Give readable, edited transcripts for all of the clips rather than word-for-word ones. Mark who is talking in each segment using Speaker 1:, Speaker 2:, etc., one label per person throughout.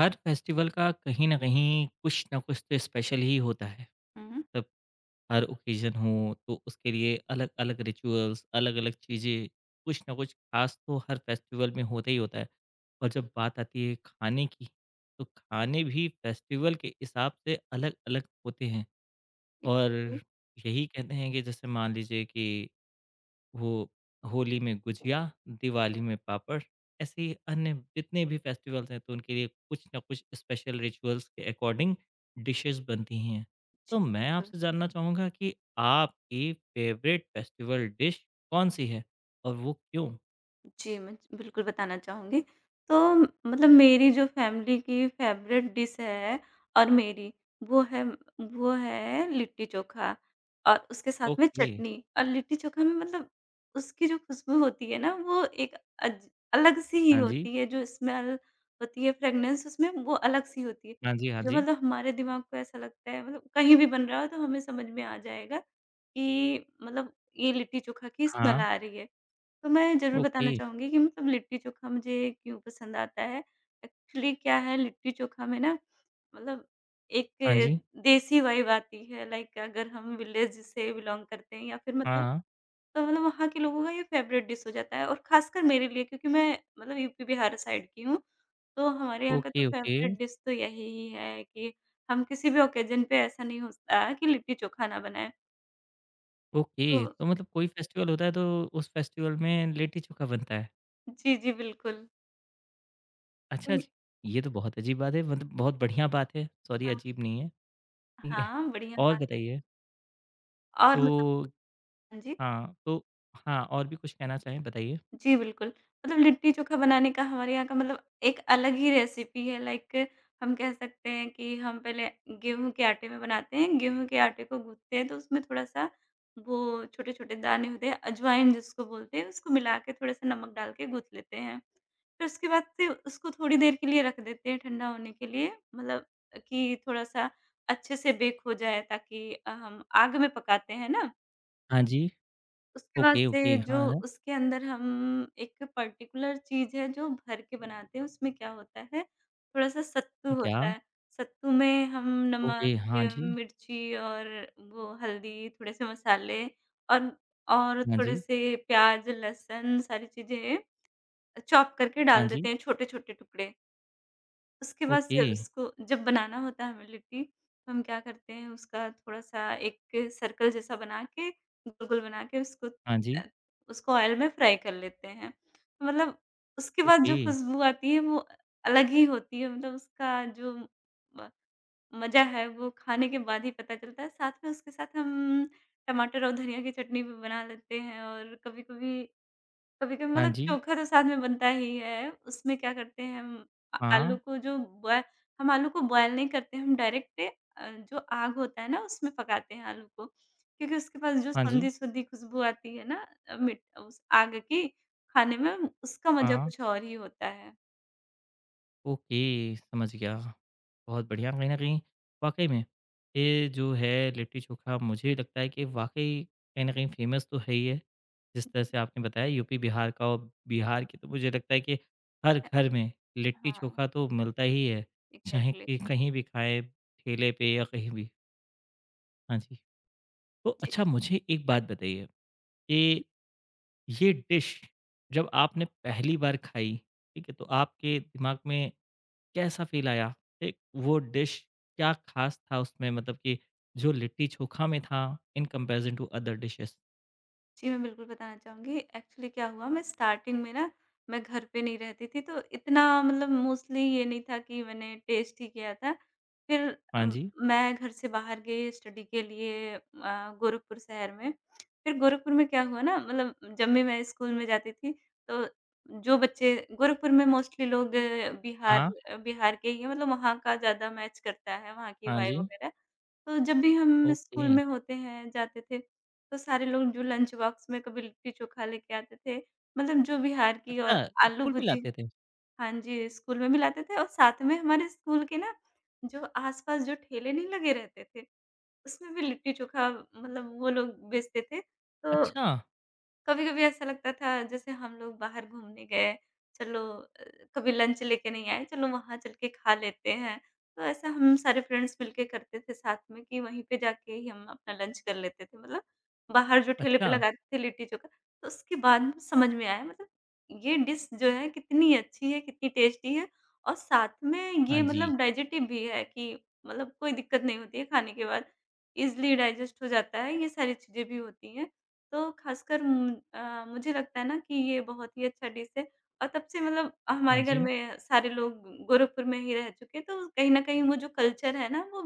Speaker 1: हर festival का कहीं ना कहीं कुछ ना कुछ तो स्पेशल ही होता है
Speaker 2: Mhm।
Speaker 1: तब हर ओकेजन हो तो उसके लिए अलग अलग रिचुअल्स अलग अलग चीज़ें कुछ ना कुछ खास तो हर फेस्टिवल में होता ही होता है और जब बात आती है खाने की तो खाने भी फेस्टिवल के हिसाब से अलग अलग होते हैं और
Speaker 2: Exactly।
Speaker 1: यही कहते हैं कि जैसे मान लीजिए कि वो होली में गुजिया, दिवाली में पापड़, ऐसे ही अन्य जितने भी फेस्टिवल्स हैं तो उनके लिए कुछ ना कुछ स्पेशल रिचुअल्स के अकॉर्डिंग डिशेस बनती ही हैं।
Speaker 2: She
Speaker 1: तो
Speaker 2: was
Speaker 1: मैं
Speaker 2: the
Speaker 1: आपसे जानना चाहूँगा कि आपकी फेवरेट फेस्टिवल डिश कौन-सी है और वो क्यों?
Speaker 2: जी, मैं ज बिल्कुल बताना चाहूँगी। तो मतलब मेरी जो फैमिली की फ़ेवरेट डिश है, और मेरी, वो है वो है लिट्टी-चोखा। और उसके साथ में
Speaker 1: ओके,
Speaker 2: चटनी, और लिट्टी-चोखा में मतलब उसकी जो खुशबू होती है ना, वो एक अज अलग-सी ही
Speaker 1: हाँ जी।
Speaker 2: होती है, जो स्मेल होती है, फ्रेगनेंस उसमें वो अलग-सी होती है।
Speaker 1: हाँ जी, हाँ
Speaker 2: जो
Speaker 1: जी।
Speaker 2: मतलब हमारे दिमाग को ऐसा लगता है, मतलब कहीं भी बन रहा हो तो हमें समझ में आ जाएगा कि मतलब ये लिट्टी-चोखा की स्मेल
Speaker 1: हाँ,
Speaker 2: आ रही है। तो मैं ज़रूर
Speaker 1: ओके।
Speaker 2: बताना चाहूँगी कि मतलब लिट्टी-चोखा मुझे क्यों पसंद आता है। एक्चुअली क्या है लिट्टी-चोखा में ना, मतलब
Speaker 1: हाँ जी,
Speaker 2: एक देसी वाइब आती है, लाइक अगर हम विलेज से बिलॉन्ग करते हैं या फिर मतलब,
Speaker 1: हाँ।
Speaker 2: तो मतलब वहाँ के लोगों का ये फ़ेवरेट डिश हो जाता है, और ख़ासकर मेरे लिए, क्योंकि मैं मतलब यूपी बिहार साइड की हूँ। तो हमारे यहाँ का तो
Speaker 1: ओके, ओके,
Speaker 2: फ़ेवरेट डिश तो यही है कि हम किसी भी ओकेज़न पे ऐसा नहीं होता कि लिट्टी-चोखा ना बनाएँ। तो
Speaker 1: ओके। तो मतलब कोई फेस्टिवल होता है तो उस फेस्टिवल में लिट्टी-चोखा बनता है।
Speaker 2: जी, जी, बिल्कुल।
Speaker 1: अच्छा जी। ये तो बहुत अजीब बात है मतलब बहुत बढ़िया बात है, सॉरी
Speaker 2: हाँ,
Speaker 1: अजीब नहीं है, ठीक है।
Speaker 2: हाँ, बढ़िया
Speaker 1: और
Speaker 2: बात।
Speaker 1: बताइए
Speaker 2: और मतलब,
Speaker 1: तो
Speaker 2: हाँ जी।
Speaker 1: हाँ, तो हाँ, और भी कुछ कहना चाहें बताइए?
Speaker 2: जी, बिल्कुल। मतलब लिट्टी-चोखा बनाने का हमारे यहाँ का मतलब एक अलग ही रेसिपी है, लाइक हम कह सकते हैं कि हम पहले गेहूँ के आटे में बनाते हैं। गेहूँ के आटे को गूँथते हैं, तो उसमें थोड़ा-सा वो छोटे-छोटे दाने होते हैं, अजवाइन जिसको बोलते हैं, उसको मिला के थोड़ा-सा नमक डाल के गूँथ लेते हैं। फिर उसके बाद से उसको थोड़ी देर के लिए रख देते हैं ठंडा होने के लिए, मतलब कि थोड़ा-सा अच्छे से बेक हो जाए, ताकि हम आग में पकाते हैं ना।
Speaker 1: हाँ जी,
Speaker 2: उसके बाद
Speaker 1: ओके,
Speaker 2: से
Speaker 1: ओके, हाँ,
Speaker 2: जो
Speaker 1: हाँ।
Speaker 2: उसके अंदर हम एक पर्टिकुलर चीज़ है जो भर के बनाते हैं, उसमें क्या होता है, थोड़ा-सा सत्तू
Speaker 1: क्या?
Speaker 2: होता है। सत्तू में हम नमक,
Speaker 1: ओके, हाँ जी,
Speaker 2: मिर्ची और वो हल्दी, थोड़े-से मसाले, और और
Speaker 1: हाँ जी,
Speaker 2: थोड़े-से प्याज़, लहसुन, सारी चीज़ें चॉप करके
Speaker 1: हाँ
Speaker 2: डाल
Speaker 1: जी,
Speaker 2: देते हैं, छोटे-छोटे टुकड़े। उसके बाद
Speaker 1: ओके,
Speaker 2: से उसको जब बनाना होता है हमें लिट्टी, तो हम क्या करते हैं, उसका थोड़ा-सा एक सर्कल जैसा बना के, गोल-गोल बना के उसको,
Speaker 1: हाँ जी,
Speaker 2: अ, उसको ऑयल में फ्राई कर लेते हैं। तो मतलब उसके बाद
Speaker 1: ओके,
Speaker 2: जो खुशबू आती है वो अलग ही होती है, मतलब उसका जो म मज़ा है वो खाने के बाद ही पता चलता है। साथ में उसके साथ हम टमाटर और धनिया की चटनी भी बना लेते हैं, और कभी-कभी
Speaker 1: हाँ
Speaker 2: मतलब
Speaker 1: जी,
Speaker 2: चोखा तो साथ में बनता ही है। उसमें क्या करते हैं, अ,
Speaker 1: हाँ,
Speaker 2: आलू को जो बॉय हम आलू को बॉयल नहीं करते, हम डायरेक्ट जो आग होता है ना, उसमें पकाते हैं आलू को, क्योंकि उसके पास जो
Speaker 1: हाँ जी,
Speaker 2: संधी-सुधी खुशबू आती है ना, अ, मिट उस आग की, खाने में उसका मज़ा
Speaker 1: हाँ।
Speaker 2: कुछ और ही होता है।
Speaker 1: ओके, समझ गया। बहुत बढ़िया, कहीं न कहीं वाक़ई में ये जो है लिट्टी-चोखा मुझे लगता है कि वाक़ई कहीं न कहीं फ़ेमस तो है ही है। जिस तरह से आपने बताया यूपी, बिहार का और बिहार की तो मुझे लगता है कि हर
Speaker 2: अ,
Speaker 1: घर में
Speaker 2: हाँ,
Speaker 1: लिट्टी-चोखा तो मिलता ही है, चाहे
Speaker 2: एग्ज़ैक्टली।
Speaker 1: कि कहीं भी खाएँ, ठेले पे या कहीं भी। हाँ जी। तो अच्छा मुझे एक बात बताइए कि ये डिश जब आपने पहली बार खाई, ठीक है? तो आपके दिमाग में कैसा फ़ील आया? एक वो डिश क्या ख़ास था उसमें मतलब कि जो लिट्टी चोखा में था in comparison to other dishes?
Speaker 2: जी, मैं बिल्कुल बताना चाहूँगी। एक्चुअली क्या हुआ, मैं स्टार्टिंग में ना, मैं घर पे नहीं रहती थी, तो इतना मतलब मोस्टली ये नहीं था कि मैंने टेस्ट ही किया था। फिर
Speaker 1: हाँ
Speaker 2: अम,
Speaker 1: जी।
Speaker 2: मैं घर से बाहर गई स्टडी के लिए, गोरखपुर शहर में। फिर गोरखपुर में क्या हुआ ना, मतलब जब भी मैं स्कूल में जाती थी, तो जो बच्चे गोरखपुर में मोस्टली लोग अ, बिहार
Speaker 1: हाँ।
Speaker 2: अ, बिहार के ही हैं, मतलब वहाँ का ज़्यादा मैच करता है, वहाँ की
Speaker 1: हाँ जी।
Speaker 2: वाइब वगैरह। तो जब भी हम
Speaker 1: ओके।
Speaker 2: स्कूल में होते हैं, जाते थे, तो सारे लोग जो लंच बॉक्स में कभी लिट्टी-चोखा लेके आते थे, मतलब जो बिहार की और
Speaker 1: अच्छा,
Speaker 2: आलू
Speaker 1: स्कूल भी
Speaker 2: भुजी,
Speaker 1: लाते थे?
Speaker 2: हाँ जी, स्कूल में भी लाते थे, और साथ में हमारे स्कूल के ना, जो आस-पास जो ठेले नहीं लगे रहते थे, उसमें भी लिट्टी-चोखा, मतलब वो लोग बेचते थे। तो
Speaker 1: अच्छा,
Speaker 2: कभी-कभी ऐसा लगता था जैसे हम लोग बाहर घूमने गए, चलो कभी लंच लेके नहीं आए, चलो वहाँ चल के खा लेते हैं। तो ऐसा हम सारे फ्रेंड्स मिलके करते थे साथ में, कि वहीं पे जाके ही हम अपना लंच कर लेते थे। मतलब बाहर जो ठेले
Speaker 1: अच्छा।
Speaker 2: पे लगाते थे लिट्टी-चोखा, तो उसके बाद में समझ में आया, मतलब ये डिश जो है कितनी अच्छी है, कितनी टेस्टी है, और साथ में
Speaker 1: हाँ
Speaker 2: ये मतलब
Speaker 1: जी।
Speaker 2: डाइजेस्टिव भी है, कि मतलब कोई दिक्कत नहीं होती है खाने के बाद, ईज़िली डाइजेस्ट हो जाता है, ये सारी चीज़ें भी होती हैं। तो ख़ासकर मुझे लगता है ना कि ये बहुत ही अच्छा डिश है, और तब से मतलब
Speaker 1: हाँ
Speaker 2: हमारे घर
Speaker 1: जी।
Speaker 2: में सारे लोग गोरखपुर में ही रह चुके हैं, तो कहीं न कहीं वो जो कल्चर है ना वो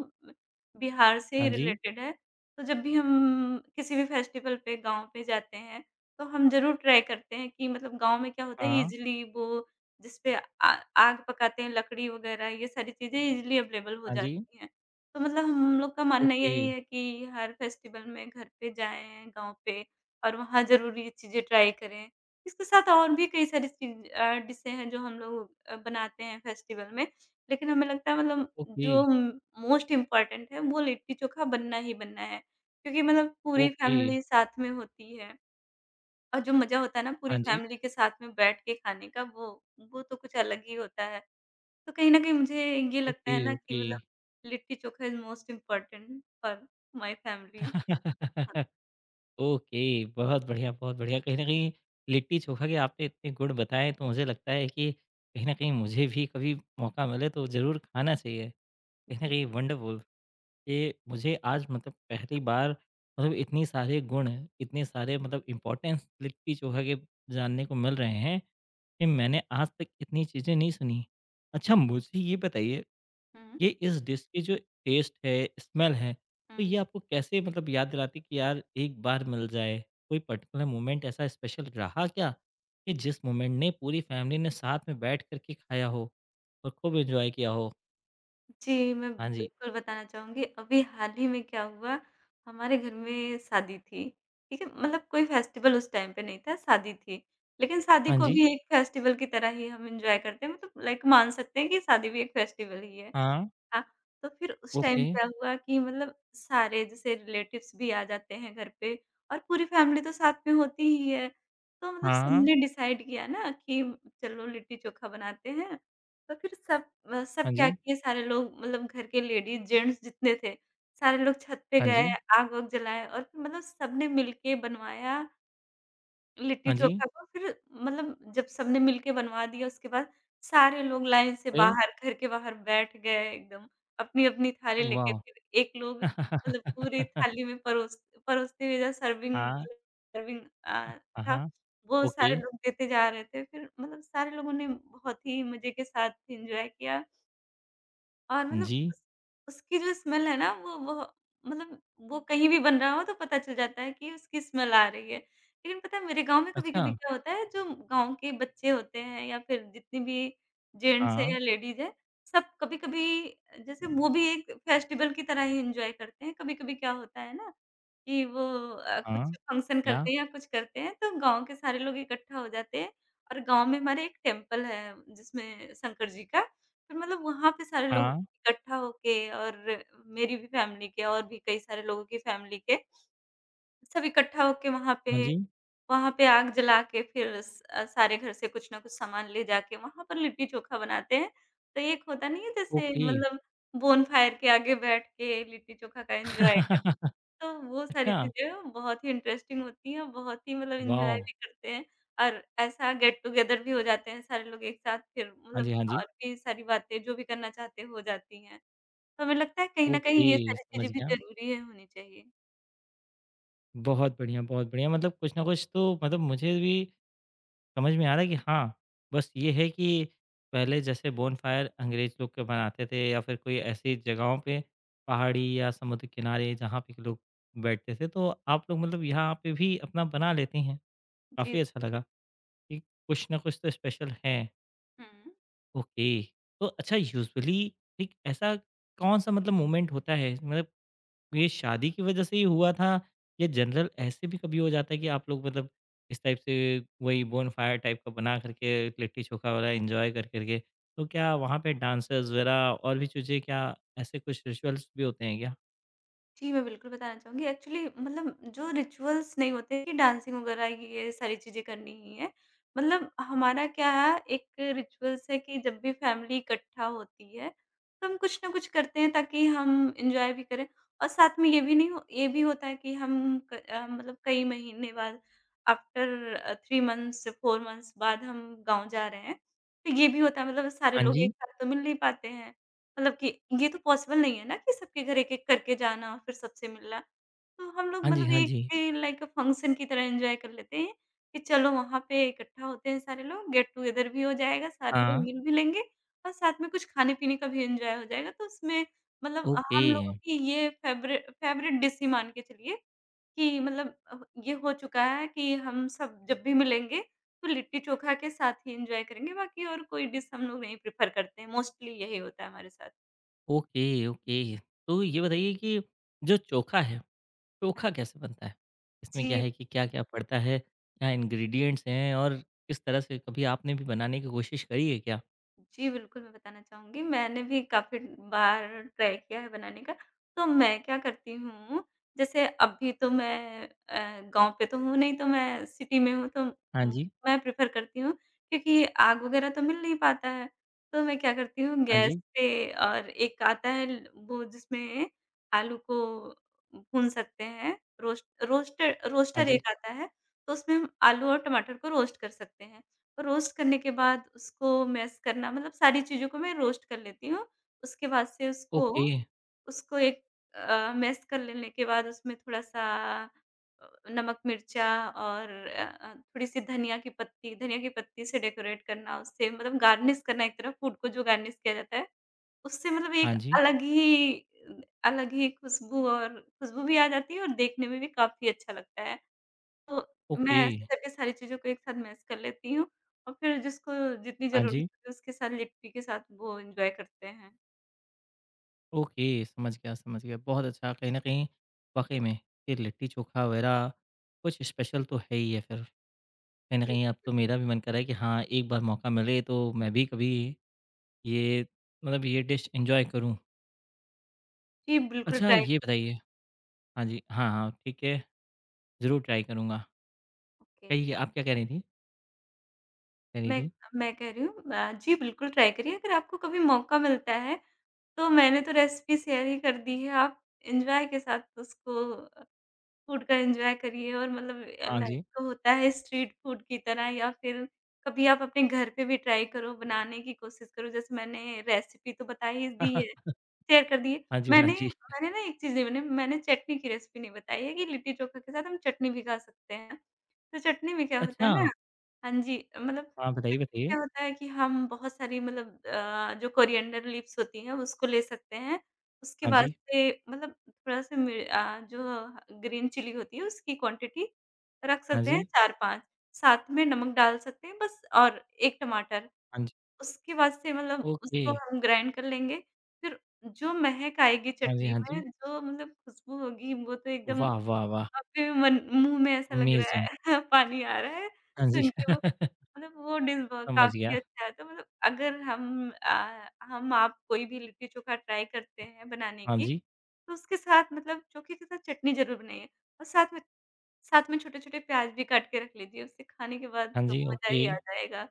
Speaker 2: बिहार से
Speaker 1: हाँ
Speaker 2: ही
Speaker 1: जी।
Speaker 2: रिलेटेड है। तो जब भी हम किसी भी फेस्टिवल पे गाँव पे जाते हैं, तो हम ज़रूर ट्राई करते हैं कि मतलब गाँव में क्या होता है,
Speaker 1: हाँ।
Speaker 2: ईज़िली वो जिसपे आ आग पकाते हैं, लकड़ी वग़ैरह, ये सारी चीज़ें ईज़िली अवेलेबल हो
Speaker 1: हाँ जी।
Speaker 2: जाती हैं। तो मतलब हम लोग का मानना
Speaker 1: ओके,
Speaker 2: यही है कि हर फेस्टिवल में घर पे जाएँ, गाँव पे, और वहाँ ज़रूर ये चीज़ें ट्राई करें। इसके साथ और भी कई सारी डिशें हैं जो हम लोग बनाते हैं फेस्टिवल में। लेकिन हमें लगता है मतलब
Speaker 1: ओके,
Speaker 2: जो मोस्ट इम्पोर्टेंट है वो लिट्टी-चोखा बनना ही बनना है। क्योंकि मतलब पूरी
Speaker 1: ओके।
Speaker 2: फैमिली साथ में होती है, और जो मज़ा होता है ना पूरी
Speaker 1: हाँ जी।
Speaker 2: फैमिली के साथ में बैठ के खाने का, वो तो कुछ अलग ही होता है। तो कहीं न कहीं मुझे ये लगता
Speaker 1: ओके,
Speaker 2: है ना कि
Speaker 1: ओके।
Speaker 2: मतलब litti chokha is most important for my family. हाँ
Speaker 1: ओके, बहुत बढ़िया, बहुत बढ़िया। कहीं न कहीं लिट्टी चोखा के आपने इतने गुण बताएँ तो मुझे लगता है कि कहीं न कहीं मुझे भी कभी मौका मिले तो ज़रूर खाना चाहिए। कहीं न
Speaker 2: जी।
Speaker 1: कहीं वंडरफुल ये मुझे आज मतलब पहली बार मतलब इतनी सारे गुण, इतने सारे मतलब इम्पोर्टेंस लिट्टी चोखा के जानने को मिल रहे हैं, कि मैंने आज तक इतनी चीज़ें नहीं सुनी। अच्छा मुझे ये बताइए
Speaker 2: हुँ, हुँ,
Speaker 1: ये इस डिश की जो टेस्ट है, स्मेल है, तो ये
Speaker 2: हुँ।
Speaker 1: आपको कैसे मतलब याद दिलाती है कि यार एक बार मिल जाए? कोई पर्टिकुलर मोमेंट ऐसा स्पेशल रहा क्या, कि जिस मोमेंट ने पूरी फैमिली ने साथ में बैठ कर के खाया हो और खूब एन्जॉय किया हो?
Speaker 2: जी, मैं
Speaker 1: हाँ जी,
Speaker 2: बिल्कुल बताना चाहूँगी। अभी हाल ही में क्या हुआ, हमारे घर में शादी थी, ठीक है? मतलब कोई फेस्टिवल उस टाइम पे नहीं था, शादी थी। लेकिन शादी
Speaker 1: हाँ
Speaker 2: को
Speaker 1: जी,
Speaker 2: भी एक फेस्टिवल की तरह ही हम एन्जॉय करते हैं, मतलब लाइक मान सकते हैं कि शादी भी एक फेस्टिवल ही है।
Speaker 1: हाँ,
Speaker 2: हाँ, तो फिर उस
Speaker 1: ओके,
Speaker 2: टाइम क्या हुआ कि मतलब सारे जैसे रिलेटिव्स भी आ जाते हैं घर पे, और पूरी फैमिली तो साथ में होती ही है। तो मतलब
Speaker 1: हाँ,
Speaker 2: सबने डिसाइड किया ना कि चलो लिट्टी-चोखा बनाते हैं, तो फिर सब
Speaker 1: हाँ
Speaker 2: क्या
Speaker 1: जी,
Speaker 2: किए, सारे लोग मतलब घर के लेडीज़, जेंट्स जितने थे, सारे लोग छत पे
Speaker 1: हाँ
Speaker 2: गए,
Speaker 1: जी,
Speaker 2: आग वाग जलाए, और फिर मतलब सबने मिलके बनवाया लिट्टी
Speaker 1: हाँ जी,
Speaker 2: चोखा को, फिर मतलब जब सबने मिलके बनवा दिया, उसके बाद सारे लोग लाइन से
Speaker 1: फिर?
Speaker 2: बाहर घर के बाहर बैठ गए एकदम, अपनी-अपनी थाली लेके,
Speaker 1: वाह!
Speaker 2: फिर एक लोग मतलब पूरी थाली में परोसते हुए जो सर्विंग
Speaker 1: हाँ,
Speaker 2: सर्विंग अ,
Speaker 1: हाँ,
Speaker 2: था,
Speaker 1: हाँ,
Speaker 2: वो
Speaker 1: ओके,
Speaker 2: सारे लोग देते जा रहे थे। फिर मतलब सारे लोगों ने बहुत ही मज़े के साथ एन्जॉय किया। और मतलब
Speaker 1: जी,
Speaker 2: उस उसकी जो स्मेल है ना, वो मतलब वो कहीं भी बन रहा हो तो पता चल जाता है कि उसकी स्मेल आ रही है। लेकिन पता है मेरे गाँव में
Speaker 1: अच्छा,
Speaker 2: कभी-कभी क्या होता है, जो गाँव के बच्चे होते हैं या फिर जितने भी जेंट्स हैं
Speaker 1: हाँ,
Speaker 2: या लेडीज़ हैं, सब कभी-कभी जैसे वो भी एक फेस्टिवल की तरह ही एन्जॉय करते हैं। कभी-कभी क्या होता है ना, कि वो कुछ
Speaker 1: हाँ,
Speaker 2: फंक्शन
Speaker 1: क्या?
Speaker 2: करते हैं या कुछ करते हैं, तो गाँव के सारे लोग इकट्ठा हो जाते हैं, और गाँव में हमारे एक टेम्पल है, जिसमें शंकर जी का, तो मतलब वहाँ पे सारे लोग
Speaker 1: हाँ,
Speaker 2: इकट्ठा होके, और मेरी भी फैमिली के, और भी कई सारे लोगों की फैमिली के, सब इकट्ठा होके वहाँ
Speaker 1: हाँ
Speaker 2: पे
Speaker 1: जी,
Speaker 2: वहाँ पे आग जला के, फिर सारे घर से कुछ ना कुछ सामान ले जाके वहाँ पर लिट्टी-चोखा बनाते हैं। तो एक होता नहीं है जैसे,
Speaker 1: ओके।
Speaker 2: मतलब बोनफायर के आगे बैठ के लिट्टी-चोखा का एन्जॉय, तो वो सारी
Speaker 1: अच्छा,
Speaker 2: चीज़ें बहुत ही इंटरेस्टिंग होती हैं, बहुत ही मतलब एन्जॉय
Speaker 1: वाओ!
Speaker 2: भी करते हैं, और ऐसा गेट टुगेदर भी हो जाते हैं सारे लोग एक साथ, फिर
Speaker 1: हाँ जी,
Speaker 2: मतलब
Speaker 1: हाँ जी।
Speaker 2: और भी सारी बातें जो भी करना चाहते हैं हो जाती हैं। तो हमें लगता है कहीं न कहीं ये
Speaker 1: ओके,
Speaker 2: सारी चीज़ें
Speaker 1: समझ
Speaker 2: भी
Speaker 1: गया।
Speaker 2: ज़रूरी है, होनी चाहिए।
Speaker 1: बहुत बढ़िया, बहुत बढ़िया। मतलब कुछ ना कुछ तो मतलब मुझे भी समझ में आ रहा है कि हाँ, बस ये है कि पहले जैसे बोनफायर अंग्रेज़ लोग के बनाते थे या फिर कोई ऐसी जगहों पे पहाड़ी या समुद्र किनारे जहाँ पे के लोग बैठते थे, तो आप लोग मतलब यहाँ पे भी अपना बना लेती हैं। काफ़ी
Speaker 2: जी,
Speaker 1: अच्छा लगा कि कुछ ना कुछ तो स्पेशल है।
Speaker 2: हुँ।
Speaker 1: ओके, तो अच्छा यूजुअली एक ऐसा कौन-सा मतलब मोमेंट होता है मतलब ये शादी की वजह से ही हुआ था या जनरल ऐसे भी कभी हो जाता है कि आप लोग मतलब इस टाइप से वही बोनफायर टाइप का बना करके लिट्टी चोखा वाला एंजॉय कर करके तो क्या वहाँ पे डांसर्स वगैरह और भी चीज़ें क्या ऐसे कुछ रिचुअल्स भी होते हैं क्या?
Speaker 2: जी, मैं बिल्कुल बताना चाहूँगी। एक्चुअली मतलब जो रिचुअल्स नहीं होते कि डांसिंग वगैरह ये सारी चीज़ें करनी ही है। मतलब हमारा क्या है, एक रिचुअल्स है कि जब भी फैमिली इकट्ठा होती है, तो हम कुछ ना कुछ करते हैं ताकि हम एन्जॉय भी करें, और साथ में ये भी नहीं हो ये भी होता है कि हम मतलब कई महीने बाद, आफ्टर 3 मंथ्स 4 मंथ्स बाद हम गाँव जा रहे हैं। तो ये भी होता है मतलब सारे
Speaker 1: हाँ
Speaker 2: लोग
Speaker 1: जी।
Speaker 2: एक साथ तो मिल नहीं पाते हैं। मतलब कि ये तो पॉसिबल नहीं है ना कि सबके घर एक-एक करके जाना, और फिर सबसे मिलना। तो हम लोग
Speaker 1: हाँ जी,
Speaker 2: मतलब
Speaker 1: हाँ जी।
Speaker 2: एक लाइक फंक्शन की तरह एन्जॉय कर लेते हैं, कि चलो वहाँ पे इकट्ठा होते हैं सारे लोग, गेट टुगेदर भी हो जाएगा, सारे लोग
Speaker 1: हाँ।
Speaker 2: मिल भी लेंगे, और साथ में कुछ खाने-पीने का भी एन्जॉय हो जाएगा। तो उसमें मतलब
Speaker 1: ओके,
Speaker 2: हम लोगों की ये फ़ेवरेट फ़ेवरेट डिश ही मान के चलिए कि मतलब ये हो चुका है कि हम सब जब भी मिलेंगे तो लिट्टी-चोखा के साथ ही एन्जॉय करेंगे, बाकी और कोई डिश हम लोग नहीं प्रेफ़र करते हैं, मोस्टली यही होता है हमारे साथ।
Speaker 1: Okay, okay. तो ये बताइए कि जो चोखा है,
Speaker 2: हाँ
Speaker 1: चोखा कैसे बनता है? इसमें क्या
Speaker 2: जी।
Speaker 1: है कि क्या-क्या पड़ता है? क्या इंग्रीडिएंट्स हैं और किस तरह से कभी आपने भी बनाने की कोशिश करी है क्या?
Speaker 2: जी, बिल्कुल, मैं बताना चाहूँगी। मैंने भी काफ़ी बार ट्राई किया है बनाने का। तो मैं क्या करती हूँ, जैसे अभी तो मैं गाँव पे तो हूँ नहीं, तो मैं सिटी में हूँ, तो
Speaker 1: हाँ
Speaker 2: उम,
Speaker 1: जी।
Speaker 2: मैं प्रेफ़र करती हूँ क्योंकि आग वगैरह तो मिल नहीं पाता है। तो मैं क्या करती हूँ,
Speaker 1: हाँ
Speaker 2: गैस
Speaker 1: जी,
Speaker 2: पे और एक आता है ल वो जिसमें आलू को भून सकते हैं,
Speaker 1: हाँ
Speaker 2: रोस्टर
Speaker 1: जी,
Speaker 2: एक आता है, तो उसमें हम आलू और टमाटर को रोस्ट कर सकते हैं। रोस्ट करने के बाद उसको मैश करना मतलब सारी चीज़ों को मैं रोस्ट कर लेती हूँ। उसके बाद से उसको
Speaker 1: ओके,
Speaker 2: उसको एक मैश कर लेने के बाद उसमें थोड़ा-सा नमक, मिर्चा और थोड़ी-सी धनिया की पत्ती से डेकोरेट करना, उससे मतलब गार्निश करना एक तरह फूड को जो गार्निश किया जाता है, उससे मतलब एक
Speaker 1: हाँ जी,
Speaker 2: अलग ही खुशबू और खुशबू भी आ जाती है और देखने में भी काफ़ी अच्छा लगता है। तो मैं
Speaker 1: ओके,
Speaker 2: ऐसे करके सारी चीज़ों को एक साथ मैश कर लेती हूँ और फिर जिसको जितनी
Speaker 1: हाँ
Speaker 2: ज़रूरत
Speaker 1: जी,
Speaker 2: होती है उसके साथ लिट्टी के साथ वो एन्जॉय करते हैं।
Speaker 1: ओके, समझ गया, समझ गया। बहुत अच्छा, कहीं न कहीं वाक़ई में ये लिट्टी-चोखा वग़ैरह कुछ स्पेशल तो है ही है फिर। कहीं न
Speaker 2: जी,
Speaker 1: कहीं अब तो मेरा भी मन कर रहा है कि हाँ, एक बार मौका मिले तो मैं भी कभी ये मतलब ये डिश एन्जॉय करूँ।
Speaker 2: जी बिल्कुल
Speaker 1: अच्छा
Speaker 2: ट्राई।
Speaker 1: ये बताइए हाँ जी, हाँ, हाँ, ठीक है, ज़रूर ट्राई करूँगा।
Speaker 2: ओके।
Speaker 1: कहिए आप क्या कह रही थीं? कह रही
Speaker 2: मैं
Speaker 1: थीं?
Speaker 2: मैं कह रही हूँ, जी बिल्कुल ट्राई करिए अगर आपको कभी मौका मिलता है, तो मैंने तो रेसिपी शेयर ही कर दी है। आप एन्जॉय के साथ उसको फूड का एन्जॉय करिए और मतलब
Speaker 1: हाँ
Speaker 2: लाइक
Speaker 1: जी,
Speaker 2: तो होता है स्ट्रीट फूड की तरह या फिर कभी आप अपने घर पे भी ट्राई करो, बनाने की कोशिश करो जैसे मैंने रेसिपी तो बता ही दी है। शेयर कर दिए।
Speaker 1: हाँ जी, हाँ
Speaker 2: मैंने
Speaker 1: जी।
Speaker 2: मैंने ना एक चीज़ नहीं बनी, मैंने चटनी की रेसिपी नहीं बताई है कि लिट्टी चोखा के साथ हम चटनी भी खा सकते हैं। तो चटनी में क्या होता है
Speaker 1: अच्छा,
Speaker 2: ना। हाँ जी, मतलब
Speaker 1: हाँ बताइए,
Speaker 2: चटनी में
Speaker 1: बताइए।
Speaker 2: क्या होता है कि हम बहुत सारी मतलब जो कोरिएंडर लीव्स होती हैं उसको ले सकते हैं। उसके
Speaker 1: हाँ
Speaker 2: बाद
Speaker 1: जी,
Speaker 2: से मतलब थोड़ा-सा जो ग्रीन चिली होती है उसकी क्वांटिटी रख
Speaker 1: हाँ
Speaker 2: सकते हैं
Speaker 1: जी,
Speaker 2: 4-5। साथ में नमक डाल सकते हैं बस और 1 टमाटर।
Speaker 1: हाँ जी,
Speaker 2: उसके बाद से मतलब
Speaker 1: ओके।
Speaker 2: उसको हम ग्राइंड कर लेंगे, फिर जो महक आएगी
Speaker 1: हाँ जी,
Speaker 2: चटनी
Speaker 1: हाँ जी।
Speaker 2: में, जो मतलब खुशबू होगी, वो तो एकदम
Speaker 1: वाह, वाह, वाह!
Speaker 2: आपके भी मन मुँह में ऐसा लग रहा
Speaker 1: अमेज़िंग!
Speaker 2: है पानी आ रहा है
Speaker 1: हाँ जी।
Speaker 2: सुन के वो, मतलब वो डिश ब
Speaker 1: समझ
Speaker 2: काफ़ी
Speaker 1: गया।
Speaker 2: अच्छा है। तो मतलब अगर हम आप कोई भी लिट्टी-चोखा ट्राई करते हैं बनाने
Speaker 1: हाँ
Speaker 2: की,
Speaker 1: जी,
Speaker 2: तो उसके साथ मतलब चोखे के साथ चटनी ज़रूर बनाइए और साथ में छोटे-छोटे प्याज़ भी काट के रख लीजिए, उससे खाने के बाद
Speaker 1: हाँ
Speaker 2: तो
Speaker 1: जी,
Speaker 2: मज़ा
Speaker 1: ओके।
Speaker 2: ही आ जाएगा।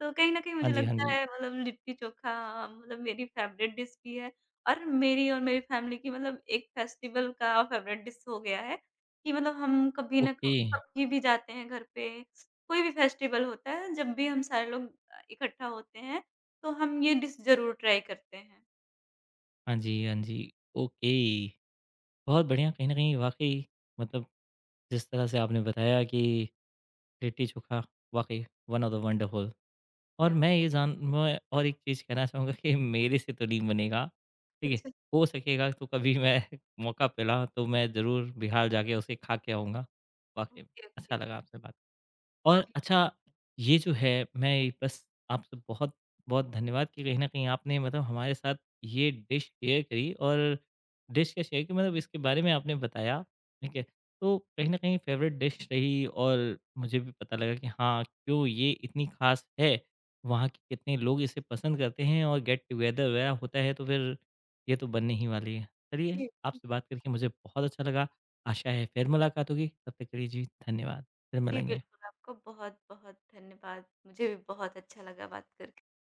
Speaker 2: तो कहीं न कहीं
Speaker 1: हाँ
Speaker 2: मुझे
Speaker 1: जी, हाँ
Speaker 2: लगता
Speaker 1: जी,
Speaker 2: है मतलब लिट्टी-चोखा मतलब मेरी फ़ेवरेट डिश भी है और मेरी फ़ैमिली की मतलब एक फेस्टिवल का फ़ेवरेट डिश हो गया है कि मतलब हम कभी ना
Speaker 1: ओके।
Speaker 2: क कभी भी जाते हैं घर पे, कोई भी फेस्टिवल होता है, जब भी हम सारे लोग इकट्ठा होते हैं, तो हम ये डिश ज़रूर ट्राई करते हैं।
Speaker 1: हाँ जी, हाँ जी, ओके। बहुत बढ़िया कहीं न कहीं वाक़ई मतलब जिस तरह से आपने बताया कि लिट्टी चोखा वाक़ई वन ऑफ द वंडरफुल और
Speaker 2: या
Speaker 1: मैं ये जान मैं और एक चीज़ कहना चाहूँगा कि मेरे से तो नहीं बनेगा, ठीक है?
Speaker 2: अच्छा,
Speaker 1: हो सकेगा तो कभी मैं मौका मिला तो मैं ज़रूर बिहार जाके उसे खा के आऊँगा। वाक़ई में
Speaker 2: ओके,
Speaker 1: अच्छा
Speaker 2: ओके।
Speaker 1: लगा आपसे बात और
Speaker 2: जी,
Speaker 1: अच्छा ये जो है मैं बस आपसे बहुत-बहुत धन्यवाद कि कहीं न कहीं आपने मतलब हमारे साथ ये डिश शेयर करी और डिश क्या शेयर की मतलब इसके बारे में आपने बताया, ठीक है? तो कहीं न कहीं फ़ेवरेट डिश रही और मुझे भी पता लगा कि हाँ, क्यों ये इतनी ख़ास है, वहाँ के कितने लोग इसे पसंद करते हैं और गेट टुगेदर वगैरह होता है तो फिर ये तो बनने ही वाली है। चलिए,
Speaker 2: जी,
Speaker 1: आपसे बात करके मुझे बहुत अच्छा लगा। आशा है फिर मुलाकात होगी, तब तक के लिए जी धन्यवाद। फिर
Speaker 2: जी,
Speaker 1: मिलेंगे।
Speaker 2: बिल्कुल, आपका बहुत-बहुत धन्यवाद। मुझे भी बहुत अच्छा लगा बात करके।